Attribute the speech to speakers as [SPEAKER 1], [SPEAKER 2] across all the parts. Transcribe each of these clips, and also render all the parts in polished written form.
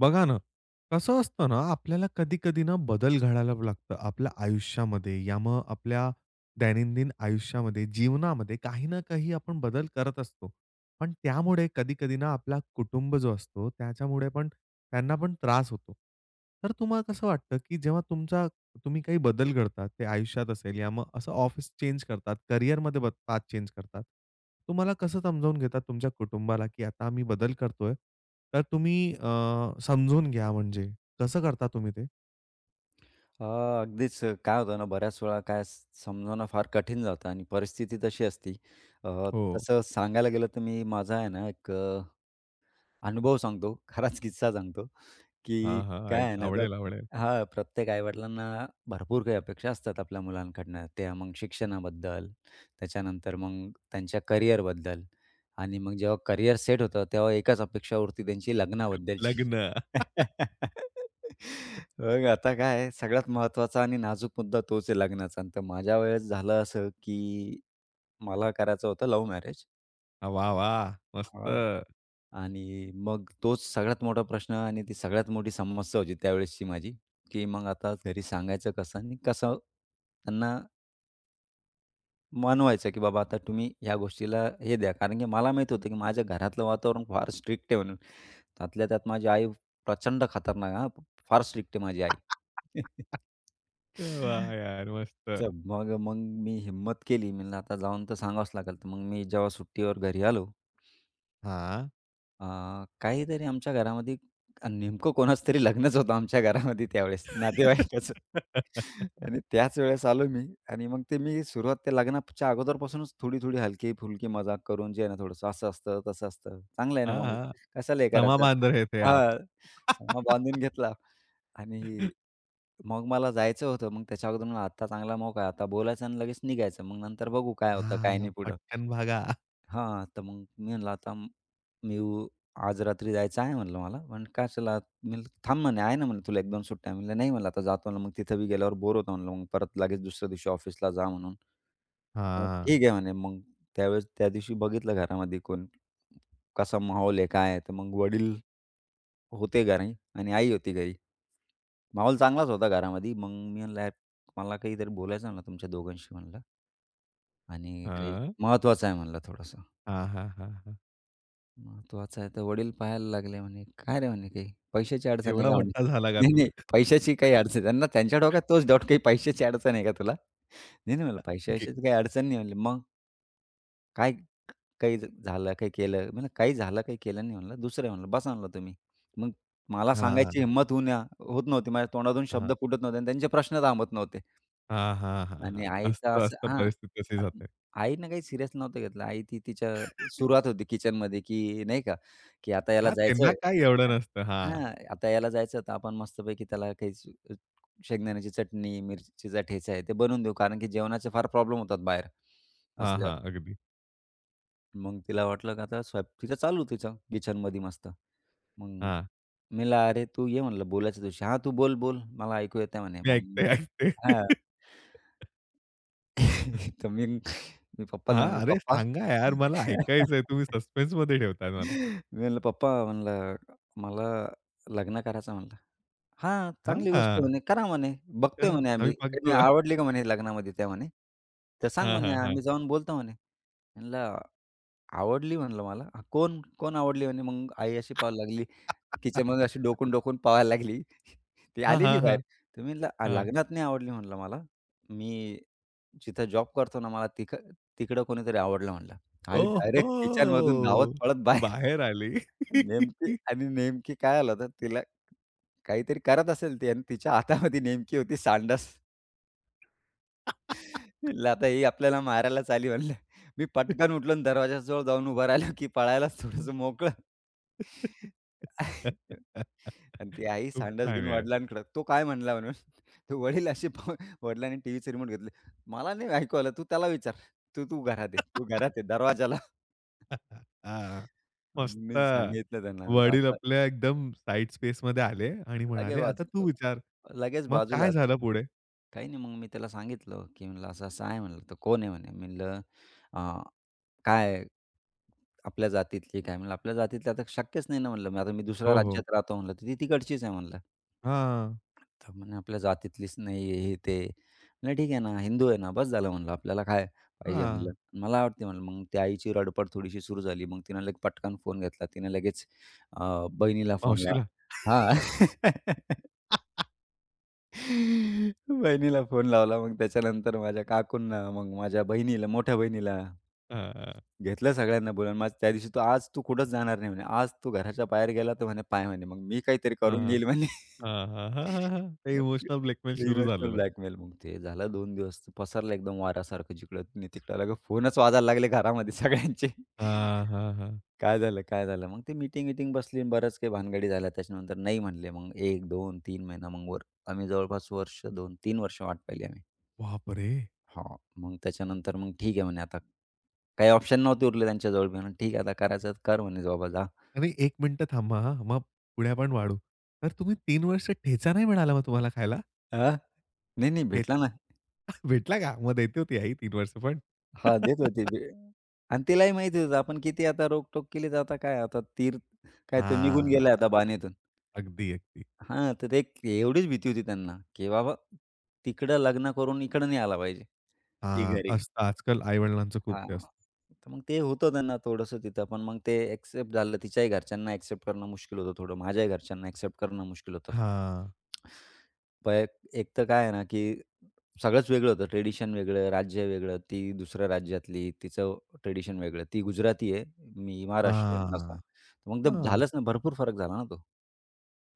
[SPEAKER 1] बघा ना, कसं असतं ना, आपल्याला कधी-कधी ना बदल घडायला लागतं आपल्या आयुष्यामध्ये. या मग आपल्या दैनंदिन आयुष्यामध्ये, जीवनामध्ये काही ना काही आपण बदल करत असतो. पण त्यामुळे कधी-कधी ना आपला कुटुंब जो असतो त्याच्यामुळे पण त्यांना पण त्रास होतो. तर तुम्हाला कसं वाटतं, की जेव्हा तुम्ही काही बदल घडतात, ते आयुष्यात असेल या मग असं ऑफिस चेंज करतात, करिअरमध्ये पाथ चेंज करतात. तुम्हाला कसं समजावून घेतात तुमच्या कुटुंबाला, की आता आम्ही बदल करतोय, तर तुम्ही समजून घ्या म्हणजे, कसं करता तुम्ही ते?
[SPEAKER 2] हां, अगदीच काय होतं ना, बऱ्याच वेळा समजावणं फार कठीण जातं आणि परिस्थिती तशी असती. अ,
[SPEAKER 1] हो.
[SPEAKER 2] तसं सांगायला गेलं तर मी माझा आहे ना, एक अनुभव सांगतो. खराच किस्सा सांगतो. की
[SPEAKER 1] हां, हां.
[SPEAKER 2] काय
[SPEAKER 1] ऐक
[SPEAKER 2] आहे ना आता
[SPEAKER 1] आवडेल, आवडेल.
[SPEAKER 2] हां, प्रत्येक आई-वडिलांना भरपूर काही अपेक्षा असतात आपल्या मुलांकडनं. त्या मग शिक्षणाबद्दल, त्याच्यानंतर मग त्यांच्या करिअरबद्दल आणि मग जेव्हा करिअर सेट होतं, तेव्हा एकच अपेक्षा उरते त्यांची लग्नाबद्दलची.
[SPEAKER 1] लग्न.
[SPEAKER 2] मग आता काय आहे, सगळ्यात महत्त्वाचा आणि नाजूक मुद्दा तोच आहे लग्नाचा. आणि तर माझ्या वेळेस झालं असं, की मला करायचं होतं लव्ह मॅरेज.
[SPEAKER 1] वाह, वाह! मस्त.
[SPEAKER 2] आणि मग तोच सगळ्यात मोठा प्रश्न आणि ती सगळ्यात मोठी समस्या होती त्यावेळेसची माझी, की मग आता घरी सांगायचं कसं आणि कसं त्यांना मानवायचं, की बाबा आता तुम्ही ह्या गोष्टीला हे द्या. कारण की मला माहीत होतं, की माझ्या घरातलं वातावरण फार स्ट्रिक्ट आहे म्हणून. त्यातल्या त्यात माझी आई प्रचंड खतरनाक हां, फार स्ट्रिक्ट आहे माझी आई.
[SPEAKER 1] वाह यार!
[SPEAKER 2] तर
[SPEAKER 1] मस्त.
[SPEAKER 2] मग मग मी हिम्मत केली. म्हणलं आता जाऊन तर सांगावंच लागेल. तर मग मी जेव्हा सुट्टीवर घरी आलो
[SPEAKER 1] हां.
[SPEAKER 2] अ, काहीतरी आमच्या घरामध्ये नेमकं कोणाचं तरी लग्नच होतं आमच्या घरामध्ये त्यावेळेस नातेवाईकाचं. आणि त्याच वेळेस आलो मी आणि मग ते मी सुरुवात त्या लग्नाच्या अगोदरपासूनच थोडी-थोडी हलकी-फुलकी मजाक करून जे आहे ना थोडंसं असं असतं, तसं असतं. चांगलं आहे ना
[SPEAKER 1] हाँ,
[SPEAKER 2] मग
[SPEAKER 1] हाँ.
[SPEAKER 2] कशाला हे
[SPEAKER 1] समा
[SPEAKER 2] करायचं?
[SPEAKER 1] बांध रहे थे आप.
[SPEAKER 2] हां, समा बांधून घेतला आणि मग मला जायचं होतं. मग त्याच्या अगोदर म्हणलं आता चांगला मोका आहे. आता बोलायचं आणि लगेच निघायचं. मग नंतर बघू काय होतं, काय
[SPEAKER 1] हां,
[SPEAKER 2] नाही पुढं.
[SPEAKER 1] पटकन भागा.
[SPEAKER 2] हां, तर मग मी म्हणलं मी उ आज रात्री जायचं आहे म्हणलं मला. पण कशाला? मी म्हणलं, "थांब" म्हणे, "आहे ना" म्हणलं, "तुला 1-2 सुट्ट्या." म्हणलं, "नाही" म्हणलं, "आता जातो म्हणलं, मग तिथं बी गेल्यावर बोर होतं" म्हणलं, "मग परत लगेच दुसऱ्या दिवशी ऑफिसला जा" म्हणून. मग
[SPEAKER 1] हां.
[SPEAKER 2] ठीक आहे म्हणे. मग त्यावेळेस त्या दिवशी बघितलं घरामध्ये कोण कसा माहोल आहे, काय आहे? तर मग वडील होते घरी आणि आई होती घरी. माहोल चांगलाच होता घरामध्ये. मग मी म्हणलं, "यार, मला काहीतरी बोलायचं" म्हणलं, "तुमच्या दोघांशी" म्हणलं, "आणि काही
[SPEAKER 1] हां.
[SPEAKER 2] महत्त्वाचं आहे" म्हणलं, "थोडंसं."
[SPEAKER 1] हां, हां, हां, हां.
[SPEAKER 2] महत्वाचं आहे. तर वडील पाहायला लागले म्हणे, "काय रे?" म्हणे, "काही पैशाची अडचण आहे
[SPEAKER 1] एवढा
[SPEAKER 2] का?" म्हणे.
[SPEAKER 1] मोठा झाला का
[SPEAKER 2] "नाही,
[SPEAKER 1] तू?
[SPEAKER 2] नाही पैशाची काही अडचण" त्यांना त्यांच्या डोक्यात तोच डाऊट, "काही पैशाची अडचण आहे का तुला?" "नाही, नाही" म्हणलं,
[SPEAKER 1] घे.
[SPEAKER 2] "पैशाची तर काही अडचण नाही" म्हणले. "मग काय काही झालं, काही केलं?" मी म्हणलं, "काही झालं, काही केलं नाही" म्हणलं. "दुसरं" आहे म्हणलं, "बसा" म्हणलं "तुम्ही." मग मला सांगायची
[SPEAKER 1] हां,
[SPEAKER 2] हिंमत होऊ होत नव्हती. माझ्या तोंडातून शब्द
[SPEAKER 1] हां.
[SPEAKER 2] फुटत नव्हते आणि त्यांचे प्रश्न थांबत नव्हते.
[SPEAKER 1] हां, हां, हां,
[SPEAKER 2] आणि
[SPEAKER 1] हां.
[SPEAKER 2] आईचं
[SPEAKER 1] असतं,
[SPEAKER 2] असं
[SPEAKER 1] असतं
[SPEAKER 2] हां.
[SPEAKER 1] परिस्थिती तशी
[SPEAKER 2] आणि
[SPEAKER 1] जाते.
[SPEAKER 2] आईनं काही सीरियस नव्हतं घेतलं. आई ती तिच्या सुरुवात होती किचनमध्ये, की नाही का, की आता याला
[SPEAKER 1] हां, त्यांना
[SPEAKER 2] जायचंय
[SPEAKER 1] काय एवढं नसतं. हां,
[SPEAKER 2] हां, आता याला जायचं तर आपण मस्तपैकी त्याला काही स शेंगदाण्याची चटणी, मिरचीचा ठेचा आहे ते बनवून देऊ. कारण की जेवणाचे फार प्रॉब्लेम होतात बाहेर
[SPEAKER 1] हां,
[SPEAKER 2] असल्यावर.
[SPEAKER 1] हां. अगदी.
[SPEAKER 2] मग तिला वाटलं का आता स्वयं तिचं चालू तिचं किचनमध्ये मस्त. मग मी
[SPEAKER 1] हां,
[SPEAKER 2] म्हणलं, "अरे, तू ये म्हणलं बोलायच्या दिवशी." "हां, तू बोल, बोल. मला ऐकू येतंय" म्हणे.
[SPEAKER 1] मी
[SPEAKER 2] मग
[SPEAKER 1] ऐकते,
[SPEAKER 2] मी
[SPEAKER 1] ऐकते.
[SPEAKER 2] हां. तर मी मी पप्पाला
[SPEAKER 1] हां,
[SPEAKER 2] म्हणलं,
[SPEAKER 1] अरे
[SPEAKER 2] "पप्पा"
[SPEAKER 1] सांगा यार मला ऐकायचंय. तुम्ही सस्पेन्समध्ये ठेवताय मला.
[SPEAKER 2] मी म्हणलं, "पप्पा" म्हणलं, "मला लग्न करायचं" म्हणलं. "हां, चांगली गोष्ट आहे"
[SPEAKER 1] हां,
[SPEAKER 2] म्हणे, "करा" म्हणे, "बघतोय"
[SPEAKER 1] करा.
[SPEAKER 2] म्हणे आम्ही.
[SPEAKER 1] आम्ही
[SPEAKER 2] काही नाही
[SPEAKER 1] बघतो.
[SPEAKER 2] "आवडली का" म्हणे लग्नामध्ये त्या म्हणे. "तर सांग"
[SPEAKER 1] हां,
[SPEAKER 2] म्हणे,
[SPEAKER 1] हां, हां.
[SPEAKER 2] "आम्ही जाऊन बोलतो" म्हणे. म्हणलं आवडली म्हणलं मला. "हां, कोण कोण आवडली?" म्हणे. मग आई अशी पाहायला लागली, किचनमध्ये अशी डोकून-डोकून पाहायला लागली. ती
[SPEAKER 1] हां,
[SPEAKER 2] आली नाही
[SPEAKER 1] हां,
[SPEAKER 2] बाहेर.
[SPEAKER 1] हां.
[SPEAKER 2] तर मी म्हणलं, "
[SPEAKER 1] हां.
[SPEAKER 2] लग्नात नाही आवडली" म्हणलं मला. "मी जिथं जॉब करतो ना, मला तिक तिकडं कोणीतरी आवडलं" म्हणलं. आई
[SPEAKER 1] ओहो!
[SPEAKER 2] डायरेक्ट किचनमधून धावत पळत बाहेर
[SPEAKER 1] बाहेर आली.
[SPEAKER 2] नेमकी आणि नेमकी काय आलं होतं, तिला काहीतरी करत असेल ती आणि तिच्या हातामध्ये नेमकी होती सांडास. म्हणलं आता ही आपल्याला मारायलाच आली म्हणलं. मी पटकन उठलो आणि दरवाजाजवळ जाऊन उभा राहिलो, की पळायलाच थोडंसं मोकळं. आणि ती आई
[SPEAKER 1] खूप
[SPEAKER 2] सांडास
[SPEAKER 1] छान
[SPEAKER 2] घेऊन
[SPEAKER 1] यार.
[SPEAKER 2] वडिलांकडं. तो काय म्हणला म्हणून, तर वडील असे प वडिलांनी टीव्हीचे रिमोट घेतले. "मला नाही ऐकू आलं, तू त्याला विचार. तू तू घरात आहे. तू घरात आहे दरवाजाला."
[SPEAKER 1] हां.
[SPEAKER 2] मग
[SPEAKER 1] मस्त.
[SPEAKER 2] मी सांगितलं त्यांना म्हणलं
[SPEAKER 1] वडील
[SPEAKER 2] असं
[SPEAKER 1] आपल्या एकदम साइड स्पेसमध्ये आले आणि
[SPEAKER 2] लगे
[SPEAKER 1] म्हणाले, "आता तू
[SPEAKER 2] बाजू
[SPEAKER 1] विचार."
[SPEAKER 2] लगेच
[SPEAKER 1] मग
[SPEAKER 2] बाजूला.
[SPEAKER 1] काय झालं पुढे?
[SPEAKER 2] काही नाही मग मी त्याला सांगितलं, की म्हणलं असं-असं आहे म्हणलं. तर "कोण आहे?" म्हणे. म्हणलं काय आपल्या जातीतली काय? म्हणलं आपल्या जातीतली आता शक्यच नाही ना म्हणलं. मग आता मी दुसऱ्या
[SPEAKER 1] हो, हो.
[SPEAKER 2] राज्यात राहतो म्हणलं, तर ती तिकडचीच आहे म्हणलं.
[SPEAKER 1] हां,
[SPEAKER 2] तर म्हणे आपल्या जातीतलीच नाही आहे, हे ते. म्हणलं ठीक आहे ना, हिंदू आहे ना, बस झालं म्हणलं. आपल्याला काय पाहिजे म्हणलं.
[SPEAKER 1] हां.
[SPEAKER 2] मला आवडते म्हणलं. मग त्या आईची रडपड थोडीशी सुरू झाली. मग तिनं लगेच पटकन फोन घेतला. बहिणीला फोन
[SPEAKER 1] मावशीला
[SPEAKER 2] लावला हां. बहिणीला फोन लावला. मग त्याच्यानंतर माझ्या काकूंना, मग माझ्या बहिणीला, मोठ्या बहिणीला
[SPEAKER 1] हां, हां,
[SPEAKER 2] घेतलं सगळ्यांना बोलावून. मग त्या दिवशी आज तू कुठंच जाणार नाही म्हणे. आज तू घराच्या बाहेर गेला तर म्हणे पाय म्हणे. मग मी काहीतरी करून
[SPEAKER 1] हां,
[SPEAKER 2] घेईल म्हणे.
[SPEAKER 1] हां, हां, हां, हां. ते इमोशनल ब्लॅकमेल सुरू
[SPEAKER 2] इमोशनल
[SPEAKER 1] झालेलं.
[SPEAKER 2] ब्लॅकमेल. मग ते झालं 2 दिवस ते पसरलं एकदम वाऱ्यासारखं जिकडं-तिकडं लागलं फोनच वाजायला लागले घरामध्ये सगळ्यांचे.
[SPEAKER 1] हां, हां, हां.
[SPEAKER 2] काय झालं, काय झालं? मग ते मीटिंग-मीटिंग बसली आणि बऱ्याच काही भानगडी झाल्या. त्याच्यानंतर नाही म्हणले. मग 1, 2, 3 महिना मग वर आम्ही जवळपास 2-3 वर्ष वाट पाहिली आम्ही.
[SPEAKER 1] बापरे!
[SPEAKER 2] हां. मग त्याच्यानंतर मग ठीक आहे म्हणे आता. काही ऑप्शन नव्हते उरले त्यांच्याजवळ. मी म्हणे, "ठीक आहे आता करायचं तर कर" म्हणे बाबा जा.
[SPEAKER 1] आणि 1 मिनिटं थांबा हां, मग पुढे आपण वाढू. तर तुम्ही 3 वर्ष ठेचा नाही मिळाला मग तुम्हाला खायला?
[SPEAKER 2] हां. नाही, नाही भेटला
[SPEAKER 1] ठेचा
[SPEAKER 2] ना
[SPEAKER 1] भेटला का? मग देते होती आई 3 वर्ष पण.
[SPEAKER 2] हां, देत होती ते आणि तिलाही माहिती होतं आपण किती आता रोकटोक केली तर आता काय आता तीर काय तो निघून
[SPEAKER 1] हां.
[SPEAKER 2] गेला आता बाणेतून.
[SPEAKER 1] अगदी, अगदी.
[SPEAKER 2] हां, तर ते एक एवढीच भीती होती त्यांना, की बाबा तिकडं लग्न करून इकडं नाही आला पाहिजे. की
[SPEAKER 1] हां,
[SPEAKER 2] घरी.
[SPEAKER 1] असतं आजकाल आई-वडिलांचं खूप
[SPEAKER 2] हां.
[SPEAKER 1] ते असतं.
[SPEAKER 2] तर मग ते होतं त्यांना थोडंसं तिथं. पण मग ते एक्सेप्ट झालं. तिच्याही घरच्यांना एक्सेप्ट करणं मुश्किल होतं थोडं. माझ्याही घरच्यांना एक्सेप्ट करणं मुश्किल होतं.
[SPEAKER 1] हां,
[SPEAKER 2] पय एक तर काय आहे ना, की सगळंच वेगळं होतं. ट्रेडिशन वेगळं, राज्य वेगळं. ती दुसऱ्या राज्यातली, तिचं ट्रेडिशन वेगळं. ती गुजराती आहे, मी महाराष्ट्रीयन असा.
[SPEAKER 1] हां,
[SPEAKER 2] मग तर
[SPEAKER 1] हां.
[SPEAKER 2] झालंच ना, भरपूर फरक झाला ना तो.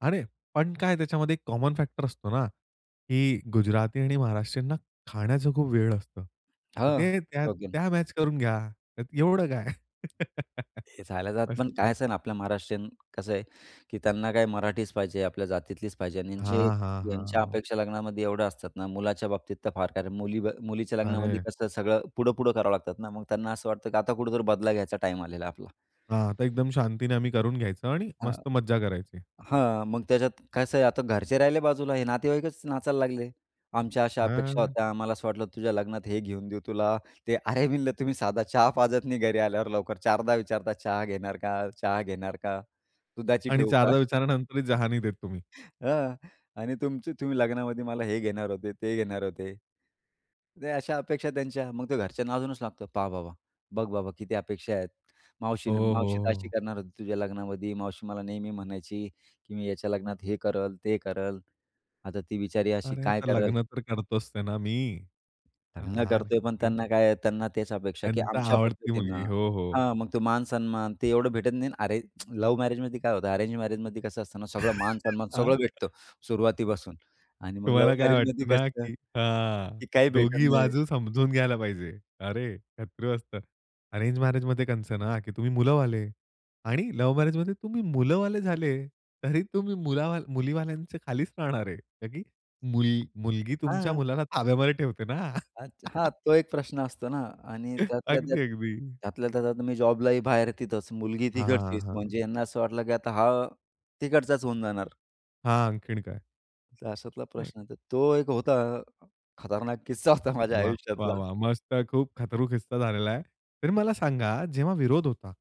[SPEAKER 1] अरे, पण काय त्याच्यामध्ये एक कॉमन फॅक्टर असतो ना, की गुजराती आणि महाराष्ट्रीयांना खाण्याचं खूप वेड असतं. तर
[SPEAKER 2] हां,
[SPEAKER 1] ते त्या
[SPEAKER 2] शौकीन.
[SPEAKER 1] त्या मॅच करून घ्या. त्यात एवढं काय?
[SPEAKER 2] हे झाल्या जात पण
[SPEAKER 1] मस्त.
[SPEAKER 2] काय आहे ना, आपल्या महाराष्ट्रीयन कसं आहे, की त्यांना काय मराठीच पाहिजे, आपल्या जातीतलीच पाहिजे आणि
[SPEAKER 1] हां, हां,
[SPEAKER 2] यांच्या
[SPEAKER 1] हां.
[SPEAKER 2] अपेक्षा लग्नामध्ये एवढ्या असतात ना, मुलाच्या बाबतीत तर फार कारण मुलीच्या लग्नामध्ये
[SPEAKER 1] अरे
[SPEAKER 2] कसं सगळं पुढं-पुढं करावं लागतात ना, मग त्यांना असं वाटतं, की आता कुठेतरी बदला घ्यायचा टाईम आलेला आपला.
[SPEAKER 1] हां, तर एकदम शांतीने आम्ही करून घ्यायचं आणि मस्त मज्जा करायची.
[SPEAKER 2] हां, मग त्याच्यात कसं आहे आता घरचे राहिले बाजूला, हे नातेवाईकच नाचायला लागले. आमच्या अशा अपेक्षा
[SPEAKER 1] हां.
[SPEAKER 2] होत्या, आम्हाला असं वाटलं तुझ्या लग्नात हे घेऊन देऊ तुला, ते अरे म्हणलं तुम्ही साधा चहा पाजत नाही घरी आल्यावर लवकर. चारदा विचारता चहा घेणार का? चहा घेणार का? दुधाची
[SPEAKER 1] आणि
[SPEAKER 2] ठेवू का?
[SPEAKER 1] चारदा विचारानंतरही जहानी देत तुम्ही.
[SPEAKER 2] हां. आणि तुमचे तुम्ही लग्नामध्ये मला हे घेणार होते, ते घेणार होते. ते अशा अपेक्षा त्यांच्या. मग ते घरच्यांना अजूनच लागतं. "पहा बाबा, बघ बाबा किती अपेक्षा आहेत. मावशी
[SPEAKER 1] हो,
[SPEAKER 2] मावशी तर अशी
[SPEAKER 1] हो.
[SPEAKER 2] करणार होती तुझ्या लग्नामध्ये. मावशी मला नेहमी म्हणायची, की मी याच्या लग्नात हे करल, ते करल. आता ती बिचारी अशी
[SPEAKER 1] अरे,
[SPEAKER 2] काय
[SPEAKER 1] तर
[SPEAKER 2] करल?"
[SPEAKER 1] लग्न तर करतोच ते ना मी.
[SPEAKER 2] लग्न
[SPEAKER 1] हां,
[SPEAKER 2] करतोय पण
[SPEAKER 1] नक्की ना.
[SPEAKER 2] त्यांना तेच अपेक्षा, की
[SPEAKER 1] त्यांचा
[SPEAKER 2] आमच्या
[SPEAKER 1] आवडती मुलगी.
[SPEAKER 2] पद्धतीनं
[SPEAKER 1] हो, हो.
[SPEAKER 2] हां, मग तो मान-सन्मान ते एवढं भेटत नाही. अरे लव्ह मॅरेजमध्ये काय होतं, अरेंज मॅरेजमध्ये कसं असतं ना, सगळं मान-सन्मान
[SPEAKER 1] हां.
[SPEAKER 2] सगळं भेटतं
[SPEAKER 1] हां.
[SPEAKER 2] सुरुवातीपासून आणि मग
[SPEAKER 1] तुम्हाला
[SPEAKER 2] लव्ह
[SPEAKER 1] काय
[SPEAKER 2] मॅरेजमध्ये
[SPEAKER 1] वाटतं ना,
[SPEAKER 2] कसं,
[SPEAKER 1] की हां,
[SPEAKER 2] की काही भेटत
[SPEAKER 1] दोघी
[SPEAKER 2] नाही.
[SPEAKER 1] बाजू समजून घ्यायला पाहिजे. अरे, शत्रू असतात. अरेंज मॅरेजमध्ये कसं ना, की तुम्ही मुलंवाले आणि लव्ह मॅरेजमध्ये तुम्ही मुलंवाले झाले, तरी तुम्ही मुलावा मुलीवाल्यांच्या खालीच राहणार आहे. का की मुल मुलगी तुमच्या
[SPEAKER 2] हां,
[SPEAKER 1] मुलाला ताब्यामध्ये ठेवते ना.
[SPEAKER 2] अच्छा हां, तो एक प्रश्न असतो ना आणि
[SPEAKER 1] अगदी, अगदी.
[SPEAKER 2] त्यातल्या त्यात मी जॉबलाही बाहेर तिथंच, मुलगी
[SPEAKER 1] हां,
[SPEAKER 2] तिकडचीच
[SPEAKER 1] हां.
[SPEAKER 2] म्हणजे यांना असं वाटलं, की आता हा तिकडचाच होऊन जाणार.
[SPEAKER 1] हां, आणखीन काय?
[SPEAKER 2] तर अशातला प्रश्न.
[SPEAKER 1] नाही.
[SPEAKER 2] तर तो एक होता खतरनाक किस्सा होता माझ्या
[SPEAKER 1] वाह! वाह!
[SPEAKER 2] आयुष्यातला.
[SPEAKER 1] वाह! मस्त. खूप खतरूक किस्सा झालेला आहे. तर मला सांगा जेव्हा विरोध होता,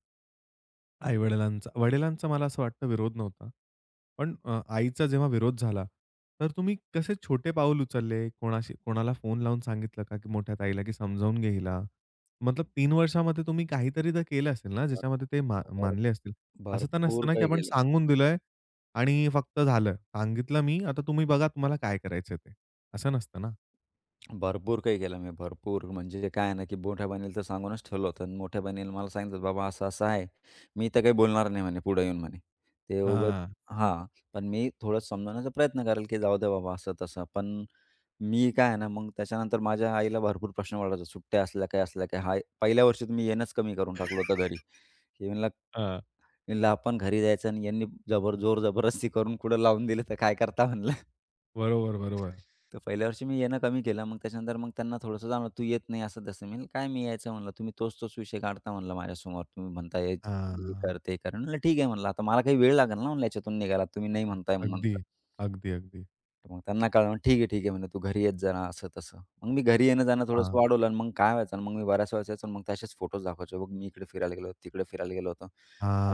[SPEAKER 1] वडिलांचा मला असं वाटतं विरोध नव्हता. पण आईचा जेव्हा विरोध झाला, तर तुम्ही कसे छोटे पाऊल उचलले? कोणाशी कोणाला फोन लावून सांगितलं का, की मोठ्या ताईला की समजावून घ्यायला? मतलब 3 वर्षामध्ये तुम्ही काहीतरी तर केलं असेल ना, ज्याच्यामध्ये ते
[SPEAKER 2] भर
[SPEAKER 1] मानले असतील. असं तर
[SPEAKER 2] भरपूर
[SPEAKER 1] नसतं ना, की
[SPEAKER 2] काही
[SPEAKER 1] आपण
[SPEAKER 2] केलं.
[SPEAKER 1] सांगून दिलंय आणि फक्त झालं. सांगितलं मी, आता तुम्ही बघा तुम्हाला काय करायचं ते. असं नसतं ना?
[SPEAKER 2] भरपूर काही केलं मी. भरपूर म्हणजे काय आहे ना, की मोठ्या बहिणीला तर सांगूनच ठेवलं होतं आणि मोठ्या बहिणीला मला सांगितलं, "बाबा असं-असं आहे. मी तर काही बोलणार नाही," म्हणे, "पुढे येऊन," म्हणे. "ते उगाच"
[SPEAKER 1] हां,
[SPEAKER 2] हां. पण मी थोडं समजवण्याचा प्रयत्न करेल, की "जाऊ दे बाबा," असं-तसं. पण मी काय आहे ना, मग त्याच्यानंतर माझ्या आईला भरपूर प्रश्न पडायचा. सुट्ट्या असल्या, काय असल्या, काय हाय पहिल्या वर्षी तर मी येणंच कमी करून टाकलं होतं घरी. की म्हणलं,
[SPEAKER 1] हां.
[SPEAKER 2] "म्हणलं आपण घरी जायचं आणि यांनी जबरदस्ती करून कुठं लावून दिलं तर काय करता?" म्हणलं.
[SPEAKER 1] बरोबर, बरोबर.
[SPEAKER 2] तर पहिल्या वर्षी मी येणं कमी केलं. मग त्याच्यानंतर मग त्यांना थोडंसं जाणवलं, "तू येत नाही असं तसं." मी म्हणलं, "काय मी यायचं?" म्हणलं, "तुम्ही तोच तोच विषय काढता." म्हणलं, "माझ्यासमोर तुम्ही म्हणताय हे
[SPEAKER 1] हां.
[SPEAKER 2] कर, ते कर." म्हणलं, "ठीक आहे." म्हणलं, "आता मला काही वेळ लागेल ना म्हणलं याच्यातून निघायला. तुम्ही नाही म्हणताय म्हणून
[SPEAKER 1] अगदी, अगदी, अगदी.
[SPEAKER 2] तर मग त्यांना कळलं, "ठीक आहे," म्हणे, "तू घरी येत जा असं-तसं. मग मी घरी येणं-जाणं थोडंसं
[SPEAKER 1] हां,
[SPEAKER 2] वाढवलं आणि मग काय व्हायचं ना, मग मी बऱ्याच वेळेस यायचो आणि मग तसेच फोटोज दाखवायचो. "बघ, मी इकडे फिरायला गेलो तिकडे फिरायला गेलो होतो."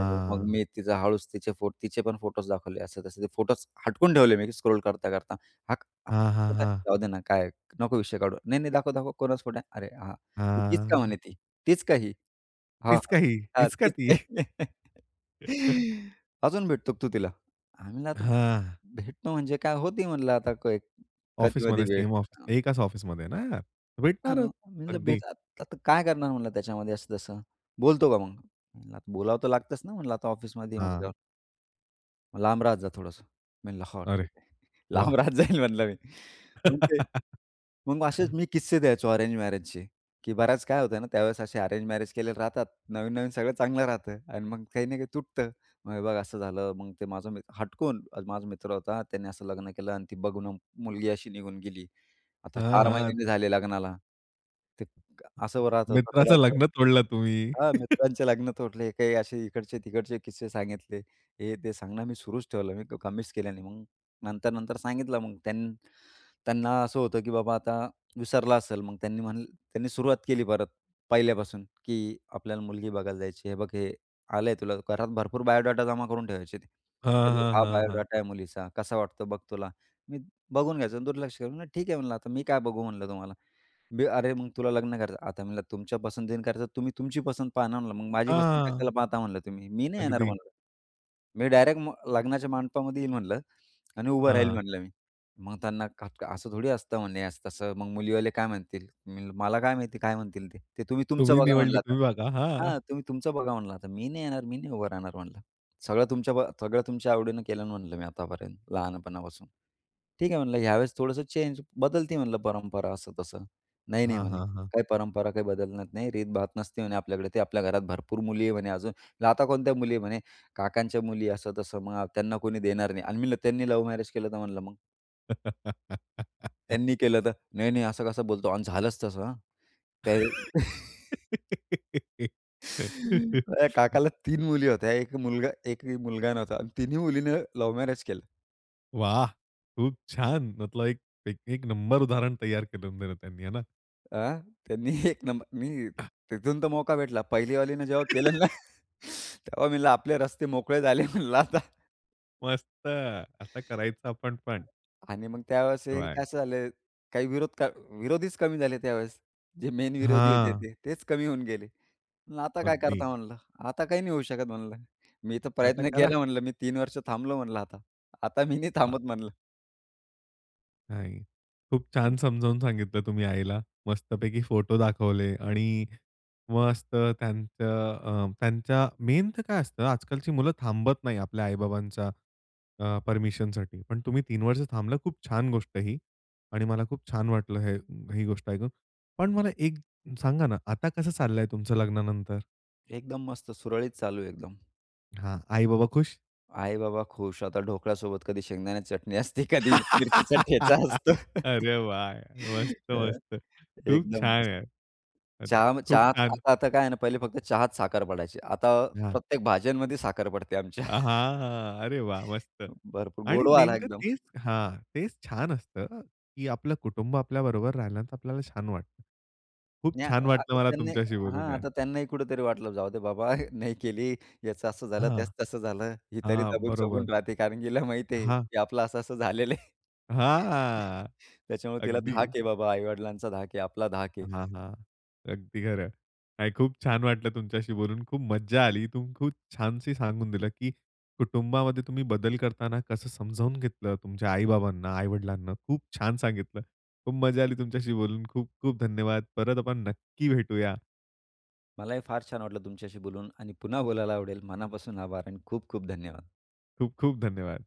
[SPEAKER 2] आणि मग मी तिचा हळूच तिचे फो तिचे पण फोटोज दाखवले, असं-तसं. ते फोटोज हटकून ठेवले मी स्क्रोल करता-करता. हा हा
[SPEAKER 1] हां, हां,
[SPEAKER 2] फोटो आहे,
[SPEAKER 1] हां.
[SPEAKER 2] जाऊ दे ना, काय नको विषय काढू. "नाही, नाही, दाखव, दाखव. कोणाचा फोटो आहे?" "अरे, हां." "ही तीच का?" म्हणे
[SPEAKER 1] हां.
[SPEAKER 2] ती. "तीच का ही?" हां,
[SPEAKER 1] तीच
[SPEAKER 2] हां.
[SPEAKER 1] का ही?
[SPEAKER 2] हां,
[SPEAKER 1] हीच का
[SPEAKER 2] तीच
[SPEAKER 1] ती?
[SPEAKER 2] काय अजून भेटतो का तू तिला? आम्ही म्हणलं आता
[SPEAKER 1] हां.
[SPEAKER 2] भेटणं म्हणजे काय होती म्हणलं आता कधी-मधी
[SPEAKER 1] ऑफिसमध्ये
[SPEAKER 2] भेट.
[SPEAKER 1] सेम ऑफिस
[SPEAKER 2] हां,
[SPEAKER 1] एकाच ऑफिसमध्ये आहे ना यार.
[SPEAKER 2] मी
[SPEAKER 1] भेटणारच.
[SPEAKER 2] म्हणलं
[SPEAKER 1] अगदी.
[SPEAKER 2] भेट आता आता काय करणार म्हणलं त्याच्यामध्ये असं तसं. बोलतो का मग? म्हणलं आता बोलावं तर लागतंच ना म्हणलं आता ऑफिसमध्ये म्हणलं.
[SPEAKER 1] हां.
[SPEAKER 2] लांब राहत जा थोडंसं. मी म्हणलं, "हो, ठीक
[SPEAKER 1] अरे
[SPEAKER 2] आहे."
[SPEAKER 1] वाह!
[SPEAKER 2] लांब राहत जाईल म्हणलं मी. मग ते मग असेच मी किस्से द्यायचो अरेंज मॅरेजचे, की बऱ्याच काय होतं ना, त्यावेळेस असे अरेंज मॅरेज केलेले राहतात. नवीन-नवीन सगळं चांगलं राहतं आणि मग काही ना काही तुटतं. मग हे बघ असं झालं. मग ते माझा मित्र हटकून आज माझा मित्र होता. त्याने असं लग्न केलं आणि ती बघून मुलगी अशी निघून गेली. आता
[SPEAKER 1] हां,
[SPEAKER 2] 4
[SPEAKER 1] हां.
[SPEAKER 2] महिन्यांनी झाले लग्नाला. ते असं राहतं, तसं
[SPEAKER 1] मित्राचं
[SPEAKER 2] राहतं.
[SPEAKER 1] लग्न तोडलं तुम्ही.
[SPEAKER 2] हां, मित्रांचे लग्न तोडले. काही असे इकडचे-तिकडचे किस्से सांगितले. हे ते सांगणं मी सुरूच ठेवलं. मी कमीच केलं नाही. मग नंतर-नंतर सांगितलं मग त्यांना असं होतं की बाबा आता विसरला असेल. मग त्यांनी सुरुवात केली परत पहिल्यापासून की आपल्याला मुलगी बघायला जायची. हे बघ हे आलंय तुला घरात भरपूर बायोडाटा जमा करून ठेवायचे ते.
[SPEAKER 1] हां,
[SPEAKER 2] हे बघ
[SPEAKER 1] हां,
[SPEAKER 2] हा
[SPEAKER 1] हां, हां.
[SPEAKER 2] बायोडाटा आहे मुलीचा. कसा वाटतो बघ तुला. मी बघून घ्यायचो दुर्लक्ष करून. ठीक आहे म्हणलं आता मी काय बघू म्हणलं तुम्हाला. "अरे, मग तुला लग्न करायचं." आता म्हणलं, "तुमच्या पसंतीने करायचं, तुम्ही तुमची पसंत पहा ना," म्हणलं. "मग माझी पसंत कशाला
[SPEAKER 1] हां.
[SPEAKER 2] पाहता?" म्हणलं, "तुम्ही." "मी नाही येणार,"
[SPEAKER 1] अगदी.
[SPEAKER 2] म्हणलं. "मी डायरेक्ट लग्नाच्या मंडपामध्ये येईल," म्हणलं "आणि उभं राहील,"
[SPEAKER 1] हां.
[SPEAKER 2] म्हणलं मी. मग त्यांना का का- असं थोडी असतं म्हणे, असं तसं. मग मुलीवाले काय म्हणतील? मी म्हणलं, "मला काय माहिती काय म्हणतील ते. ते तुम्ही तुमचं
[SPEAKER 1] तुम्ही
[SPEAKER 2] बघा," म्हणलं
[SPEAKER 1] निवडली
[SPEAKER 2] आता.
[SPEAKER 1] तुम्ही बघा. हां.
[SPEAKER 2] हां, "तुम्ही तुमचं बघा," म्हणलं आता. "मी नाही येणार, मी नाही उभं राहणार," म्हणलं. " सगळं तुमच्या आवडीनं केलं," म्हणलं मी "आतापर्यंत लहानपणापासून." "ठीक आहे," म्हणलं, "ह्यावेळेस थोडंसं चेंज बदलते," म्हणलं, "परंपरा," असं तसं. नाही, नाही
[SPEAKER 1] हां,
[SPEAKER 2] म्हणे.
[SPEAKER 1] हां, हां.
[SPEAKER 2] काही परंपरा काही बदलणार नाही. रीतभात नसते म्हणे आपल्याकडे. ते आपल्या घरात भरपूर मुली आहे म्हणे अजून. म्हटलं, "आता कोणत्या मुली आहे?" म्हणे, "काकांच्या मुली असं-तसं. मग त्यांना कोणी देणार नाही." आणि मी "त्यांनी लव्ह मॅरेज केलं तर?" म्हणलं, "मग त्यांनी केलं तर?" "नाही, नाही असं कसं बोलतो आणि झालंच तसं हां." त्या माझ्या काकाला 3 मुली होत्या. 1 मुलगा नव्हता आणि तिन्ही मुलीने लव्ह मॅरेज केलं.
[SPEAKER 1] वाह! खूप छान. मतलब एक एक एक नंबर उदाहरण तयार करून दिलं त्यांनी, आहे ना?
[SPEAKER 2] हां, त्यांनी एक नंबर तिथून तर मोका भेटला. पहिलीवालीनं जेव्हा केलं ना, तेव्हा म्हणलं, "आपले रस्ते मोकळे झाले." म्हणलं आता.
[SPEAKER 1] मस्त. आता करायचं आपण पण.
[SPEAKER 2] आणि मग त्यावेळेस हे
[SPEAKER 1] वाह!
[SPEAKER 2] कसं झालं, काही विरोधीच कमी झाले त्यावेळेस. जे मेन विरोधी होते
[SPEAKER 1] हां,
[SPEAKER 2] ते, तेच कमी होऊन गेले. म्हणलं आता काय
[SPEAKER 1] अगदी.
[SPEAKER 2] करता म्हणलं, आता काही नाही होऊ शकत म्हणलं. मी तर
[SPEAKER 1] आता
[SPEAKER 2] प्रयत्न
[SPEAKER 1] करा.
[SPEAKER 2] केला म्हणलं, मी 3 वर्ष थांबलो म्हणलं आता. आता मी नाही थांबत म्हणलं.
[SPEAKER 1] नाही. खूप छान समजावून सांगितलं तुम्ही आईला. मस्तपैकी फोटो दाखवले आणि मस्त त्यांचं त्यांच्या मेन तर काय असतं, आजकालची मुलं थांबत नाही आपल्या आई-बाबांच्या परमिशनसाठी. पण तुम्ही 3 वर्ष थांबलं. खूप छान गोष्ट ही आणि मला खूप छान वाटलं हे ही गोष्ट ऐकून. पण मला एक सांगा ना, आता कसं चाललंय तुमचं लग्नानंतर?
[SPEAKER 2] एकदम मस्त सुरळीत चालू आहे एकदम.
[SPEAKER 1] हां, आई-बाबा खुश?
[SPEAKER 2] आई-बाबा खुश. आता ढोकळ्यासोबत कधी शेंगदाण्याची चटणी असते, कधी मिरचीचा ठेचा असतो.
[SPEAKER 1] अरे वाह! मस्त,
[SPEAKER 2] अ
[SPEAKER 1] मस्त. खूप
[SPEAKER 2] एकदम
[SPEAKER 1] छान
[SPEAKER 2] मस्त.
[SPEAKER 1] यार. आता
[SPEAKER 2] चहा
[SPEAKER 1] खूप
[SPEAKER 2] चहा आता
[SPEAKER 1] छान.
[SPEAKER 2] आता काय आहे ना, पहिले फक्त चहात साखर पडायची. आता
[SPEAKER 1] हां.
[SPEAKER 2] प्रत्येक भाज्यांमध्ये साखर पडते आमच्या.
[SPEAKER 1] हां. अरे वाह! मस्त.
[SPEAKER 2] भरपूर
[SPEAKER 1] आणि
[SPEAKER 2] गोडवा आला
[SPEAKER 1] नेमकं
[SPEAKER 2] एकदम.
[SPEAKER 1] तेच हां, तेच छान असतं, की आपलं कुटुंब आपल्याबरोबर राहिल्यानं तर आपल्याला छान वाटतं. खूप
[SPEAKER 2] आणि आ-
[SPEAKER 1] छान वाटलं
[SPEAKER 2] आता
[SPEAKER 1] मला
[SPEAKER 2] त्यांनी
[SPEAKER 1] तुमच्याशी
[SPEAKER 2] हां,
[SPEAKER 1] बोलून यार.
[SPEAKER 2] आता त्यांनाही कुठेतरी वाटलं, जाऊ दे बाबा नाही केली, याचं असं झालं,
[SPEAKER 1] हां,
[SPEAKER 2] त्याचं तसं झालं. ही तरी
[SPEAKER 1] हां. बरोबर.
[SPEAKER 2] दबून-चबून राहते कारण की हिला माहिती आहे,
[SPEAKER 1] हां,
[SPEAKER 2] की आपलं असं-असं झालेलं आहे.
[SPEAKER 1] हां.
[SPEAKER 2] त्याच्यामुळे तिला धाक
[SPEAKER 1] अगदी.
[SPEAKER 2] आहे बाबा, आई-वडिलांचा धाक आहे, आपला धाक आहे.
[SPEAKER 1] हां, हां. अगदी खरं. नाही खूप छान वाटलं तुमच्याशी बोलून. खूप मज्जा आली. तुम्ही खूप छानशी सांगून दिलं, की कुटुंबामध्ये तुम्ही बदल करताना कसं समजावून घेतलं तुमच्या आई-बाबांना, आई-वडिलांना. खूप छान सांगितलं. खूप मजा आली तुमच्याशी बोलून. खूप खूप धन्यवाद. परत आपण नक्की भेटूया.
[SPEAKER 2] मलाही फार छान वाटलं तुमच्याशी बोलून आणि पुन्हा बोलायला आवडेल. मनापासून आभार आणि खूप खूप धन्यवाद.
[SPEAKER 1] खूप खूप धन्यवाद.